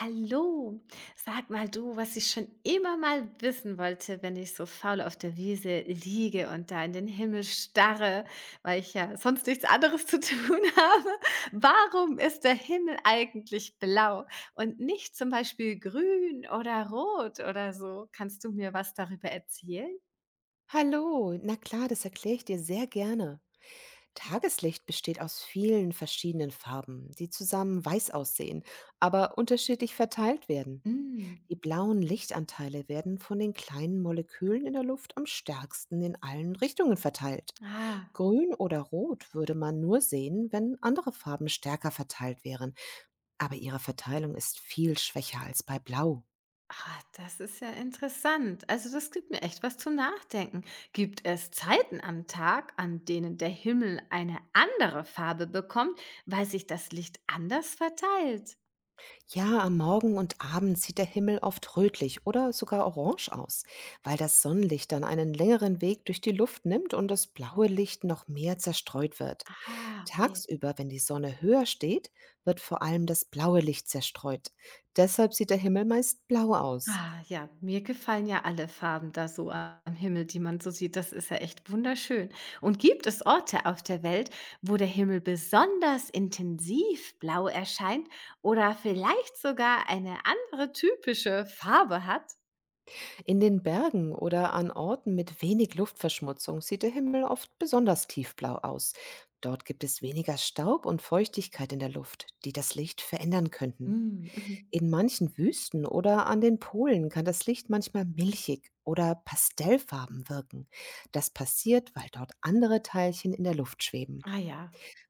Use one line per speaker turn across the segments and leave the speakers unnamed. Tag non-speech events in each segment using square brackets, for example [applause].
Hallo, sag mal du, was ich schon immer mal wissen wollte, wenn ich so faul auf der Wiese liege und da in den Himmel starre, weil ich ja sonst nichts anderes zu tun [laughs] habe. Warum ist der Himmel eigentlich blau und nicht zum Beispiel grün oder rot oder so? Kannst du mir was darüber erzählen?
Hallo, na klar, das erkläre ich dir sehr gerne. Tageslicht besteht aus vielen verschiedenen Farben, die zusammen weiß aussehen, aber unterschiedlich verteilt werden.
Mm.
Die blauen Lichtanteile werden von den kleinen Molekülen in der Luft am stärksten in allen Richtungen verteilt.
Ah.
Grün oder Rot würde man nur sehen, wenn andere Farben stärker verteilt wären, aber ihre Verteilung ist viel schwächer als bei Blau.
Ah, das ist ja interessant. Also das gibt mir echt was zum Nachdenken. Gibt es Zeiten am Tag, an denen der Himmel eine andere Farbe bekommt, weil sich das Licht anders verteilt?
Ja, am Morgen und Abend sieht der Himmel oft rötlich oder sogar orange aus, weil das Sonnenlicht dann einen längeren Weg durch die Luft nimmt und das blaue Licht noch mehr zerstreut wird.
Ah, okay.
Tagsüber, wenn die Sonne höher steht, wird vor allem das blaue Licht zerstreut. Deshalb sieht der Himmel meist blau aus.
Ah, ja, mir gefallen ja alle Farben da so am Himmel, die man so sieht. Das ist ja echt wunderschön. Und gibt es Orte auf der Welt, wo der Himmel besonders intensiv blau erscheint oder vielleicht sogar eine andere typische Farbe hat?
In den Bergen oder an Orten mit wenig Luftverschmutzung sieht der Himmel oft besonders tiefblau aus. Dort gibt es weniger Staub und Feuchtigkeit in der Luft, die das Licht verändern könnten.
Mm.
In manchen Wüsten oder an den Polen kann das Licht manchmal milchig oder pastellfarben wirken. Das passiert, weil dort andere Teilchen in der Luft schweben.
Ah ja,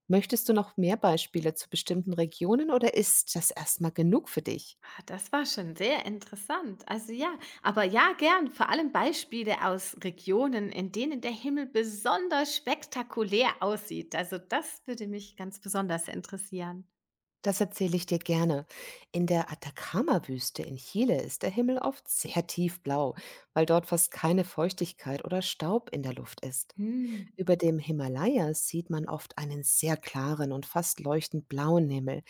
Möchtest du noch mehr Beispiele zu bestimmten Regionen oder ist das erstmal genug für dich?
ah, das war schon sehr interessant. Also ja, aber ja, gern, vor allem Beispiele aus Regionen, in denen der Himmel besonders spektakulär aussieht. Also das würde mich ganz besonders interessieren.
Das erzähle ich dir gerne. In der Atacama-Wüste in Chile ist der Himmel oft sehr tiefblau, weil dort fast keine Feuchtigkeit oder Staub in der Luft ist.
Hm,
Über dem Himalaya sieht man oft einen sehr klaren und fast leuchtend blauen Himmel.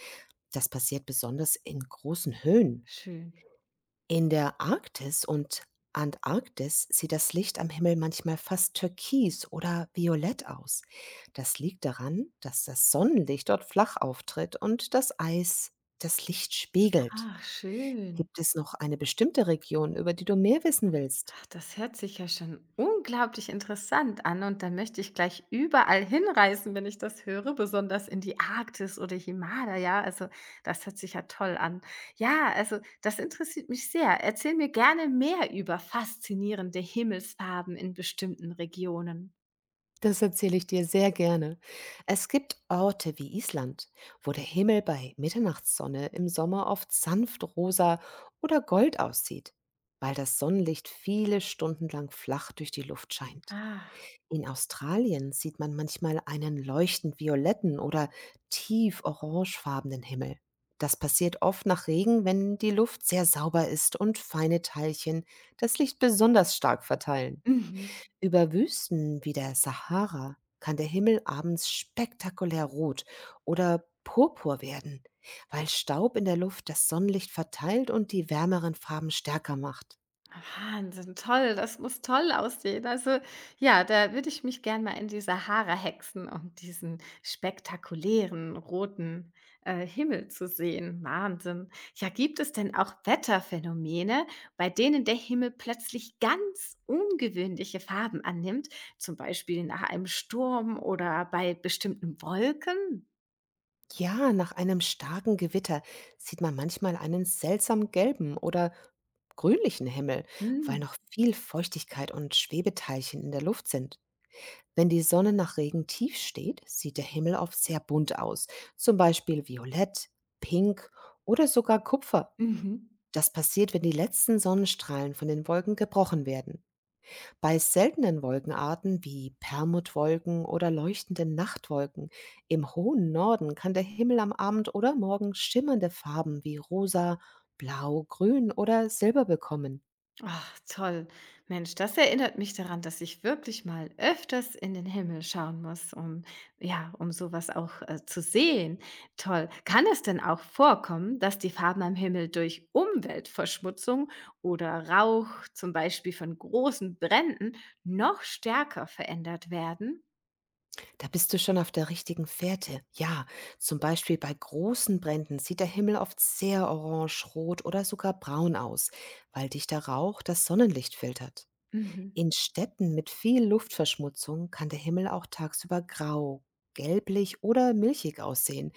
Das passiert besonders in großen Höhen.
schön.
In der Arktis und Antarktis sieht das Licht am Himmel manchmal fast türkis oder violett aus. Das liegt daran, dass das Sonnenlicht dort flach auftritt und das Eis das Licht spiegelt.
Ach, schön.
Gibt es noch eine bestimmte Region, über die du mehr wissen willst?
Ach, das hört sich ja schon unglaublich interessant an und da möchte ich gleich überall hinreisen, wenn ich das höre, besonders in die Arktis oder Himalaya. Also das hört sich ja toll an. Ja, also das interessiert mich sehr. Erzähl mir gerne mehr über faszinierende Himmelsfarben in bestimmten Regionen.
Das erzähle ich dir sehr gerne. Es gibt Orte wie Island, wo der Himmel bei Mitternachtssonne im Sommer oft sanft rosa oder gold aussieht, weil das Sonnenlicht viele Stunden lang flach durch die Luft scheint.
Ah,
In Australien sieht man manchmal einen leuchtend violetten oder tief orangefarbenen Himmel. Das passiert oft nach Regen, wenn die Luft sehr sauber ist und feine Teilchen das Licht besonders stark verteilen.
mhm.
Über Wüsten wie der Sahara kann der Himmel abends spektakulär rot oder purpur werden, weil Staub in der Luft das Sonnenlicht verteilt und die wärmeren Farben stärker macht.
Wahnsinn, toll, das muss toll aussehen. Also ja, da würde ich mich gern mal in die Sahara hexen, um diesen spektakulären roten Himmel zu sehen. Wahnsinn. Ja, gibt es denn auch Wetterphänomene, bei denen der Himmel plötzlich ganz ungewöhnliche Farben annimmt, zum Beispiel nach einem Sturm oder bei bestimmten Wolken?
Ja, nach einem starken Gewitter sieht man manchmal einen seltsam gelben oder grünlichen Himmel, weil
Hm.
noch viel Feuchtigkeit und Schwebeteilchen in der Luft sind. Wenn die Sonne nach Regen tief steht, sieht der Himmel oft sehr bunt aus, zum Beispiel violett, pink oder sogar Kupfer.
Mhm.
Das passiert, wenn die letzten Sonnenstrahlen von den Wolken gebrochen werden. Bei seltenen Wolkenarten wie Permutwolken oder leuchtenden Nachtwolken im hohen Norden kann der Himmel am Abend oder Morgen schimmernde Farben wie rosa, blau, grün oder silber bekommen.
Ach, toll. Mensch, das erinnert mich daran, dass ich wirklich mal öfters in den Himmel schauen muss, ja, um sowas auch zu sehen. Toll. Kann es denn auch vorkommen, dass die Farben am Himmel durch Umweltverschmutzung oder Rauch, zum Beispiel von großen Bränden, noch stärker verändert werden?
Da bist du schon auf der richtigen Fährte. Ja, zum Beispiel bei großen Bränden sieht der Himmel oft sehr orange, rot oder sogar braun aus, weil dichter Rauch das Sonnenlicht filtert.
Mhm.
In Städten mit viel Luftverschmutzung kann der Himmel auch tagsüber grau, gelblich oder milchig aussehen,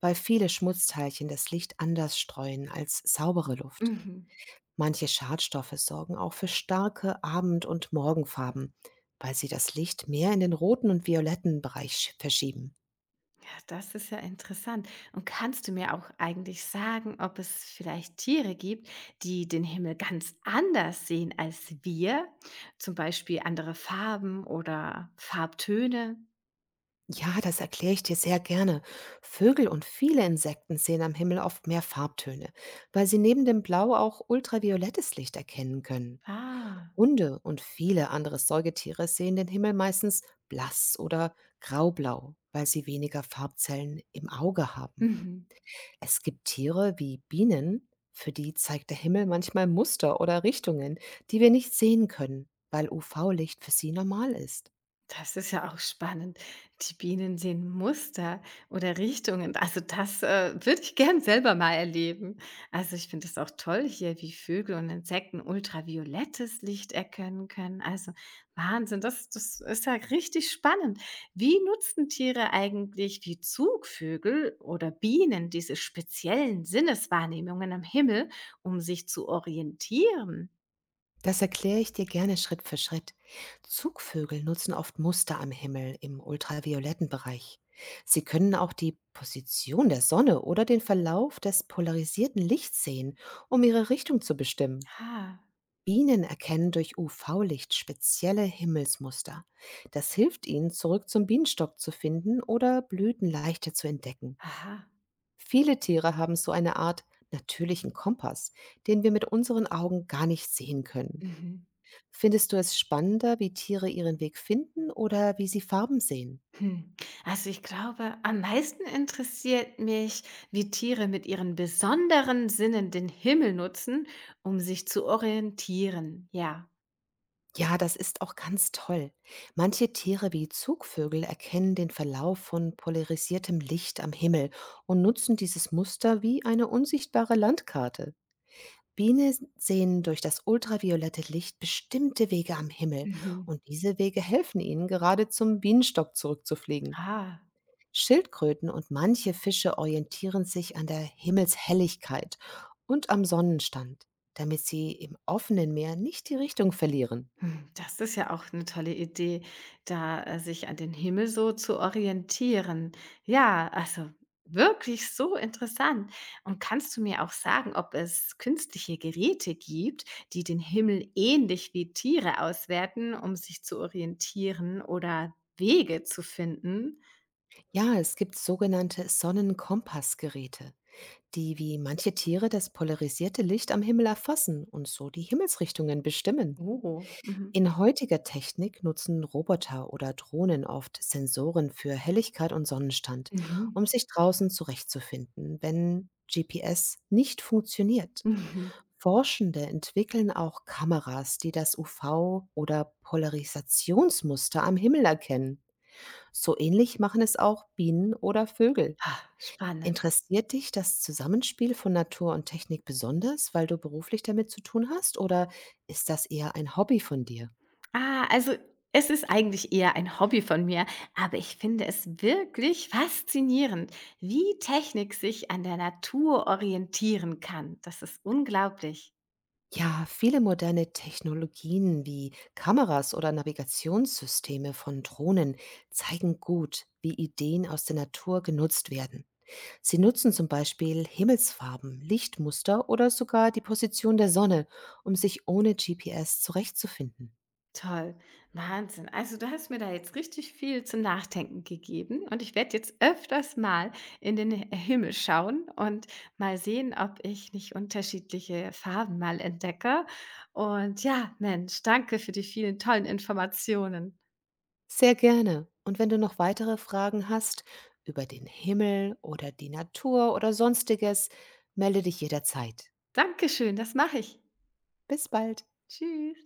weil viele Schmutzteilchen das Licht anders streuen als saubere Luft.
Mhm.
Manche Schadstoffe sorgen auch für starke Abend- und Morgenfarben, weil sie das Licht mehr in den roten und violetten Bereich verschieben.
Ja, das ist ja interessant. Und kannst du mir auch eigentlich sagen, ob es vielleicht Tiere gibt, die den Himmel ganz anders sehen als wir? Zum Beispiel andere Farben oder Farbtöne?
Ja, das erkläre ich dir sehr gerne. Vögel und viele Insekten sehen am Himmel oft mehr Farbtöne, weil sie neben dem Blau auch ultraviolettes Licht erkennen können.
Ah.
Hunde und viele andere Säugetiere sehen den Himmel meistens blass oder graublau, weil sie weniger Farbzellen im Auge
[laughs]
haben.
Mhm.
Es gibt Tiere wie Bienen, für die zeigt der Himmel manchmal Muster oder Richtungen, die wir nicht sehen können, weil UV-Licht für sie normal ist.
Das ist ja auch spannend. Die Bienen sehen Muster oder Richtungen. Also das würde ich gern selber mal erleben. Also ich finde es auch toll hier, wie Vögel und Insekten ultraviolettes Licht erkennen können. Also Wahnsinn, das, das ist ja richtig spannend. Wie nutzen Tiere eigentlich wie Zugvögel oder Bienen diese speziellen Sinneswahrnehmungen am Himmel, um sich zu orientieren?
Das erkläre ich dir gerne Schritt für Schritt. Zugvögel nutzen oft Muster am Himmel im ultravioletten Bereich. Sie können auch die Position der Sonne oder den Verlauf des polarisierten Lichts sehen, um ihre Richtung zu bestimmen.
Ah,
Bienen erkennen durch UV-Licht spezielle Himmelsmuster. Das hilft ihnen, zurück zum Bienenstock zu finden oder Blüten leichter zu entdecken.
aha.
Viele Tiere haben so eine Art natürlichen Kompass, den wir mit unseren Augen gar nicht sehen können.
Mhm.
Findest du es spannender, wie Tiere ihren Weg finden oder wie sie Farben sehen?
Hm, also ich glaube, am meisten interessiert mich, wie Tiere mit ihren besonderen Sinnen den Himmel nutzen, um sich zu orientieren. Ja.
Ja, das ist auch ganz toll. Manche Tiere wie Zugvögel erkennen den Verlauf von polarisiertem Licht am Himmel und nutzen dieses Muster wie eine unsichtbare Landkarte. Bienen sehen durch das ultraviolette Licht bestimmte Wege am Himmel
Mhm.
und diese Wege helfen ihnen, gerade zum Bienenstock zurückzufliegen.
Ah.
Schildkröten und manche Fische orientieren sich an der Himmelshelligkeit und am Sonnenstand, damit sie im offenen Meer nicht die Richtung verlieren.
Hm, das ist ja auch eine tolle Idee, da, sich an den Himmel so zu orientieren. Ja, also wirklich so interessant. Und kannst du mir auch sagen, ob es künstliche Geräte gibt, die den Himmel ähnlich wie Tiere auswerten, um sich zu orientieren oder Wege zu finden?
Ja, es gibt sogenannte Sonnenkompassgeräte, die wie manche Tiere das polarisierte Licht am Himmel erfassen und so die Himmelsrichtungen bestimmen.
Oh, mhm.
In heutiger Technik nutzen Roboter oder Drohnen oft Sensoren für Helligkeit und Sonnenstand,
Mhm.
um
[laughs]
sich draußen zurechtzufinden, wenn GPS nicht funktioniert.
Mhm.
Forschende entwickeln auch Kameras, die das UV- oder Polarisationsmuster am Himmel erkennen. So ähnlich machen es auch Bienen oder Vögel.
Ah, spannend.
Interessiert dich das Zusammenspiel von Natur und Technik besonders, weil du beruflich damit zu tun hast, oder ist das eher ein Hobby von dir?
Ah, also es ist eigentlich eher ein Hobby von mir, aber ich finde es wirklich faszinierend, wie Technik sich an der Natur orientieren kann. Das ist unglaublich.
Ja, viele moderne Technologien wie Kameras oder Navigationssysteme von Drohnen zeigen gut, wie Ideen aus der Natur genutzt werden. Sie nutzen zum Beispiel Himmelsfarben, Lichtmuster oder sogar die Position der Sonne, um sich ohne GPS zurechtzufinden.
Toll, Wahnsinn. Also du hast mir da jetzt richtig viel zum Nachdenken gegeben und ich werde jetzt öfters mal in den Himmel schauen und mal sehen, ob ich nicht unterschiedliche Farben mal entdecke. Und ja, Mensch, danke für die vielen tollen Informationen.
Sehr gerne. Und wenn du noch weitere Fragen hast über den Himmel oder die Natur oder sonstiges, melde dich jederzeit.
Dankeschön, das mache ich.
Bis bald.
Tschüss.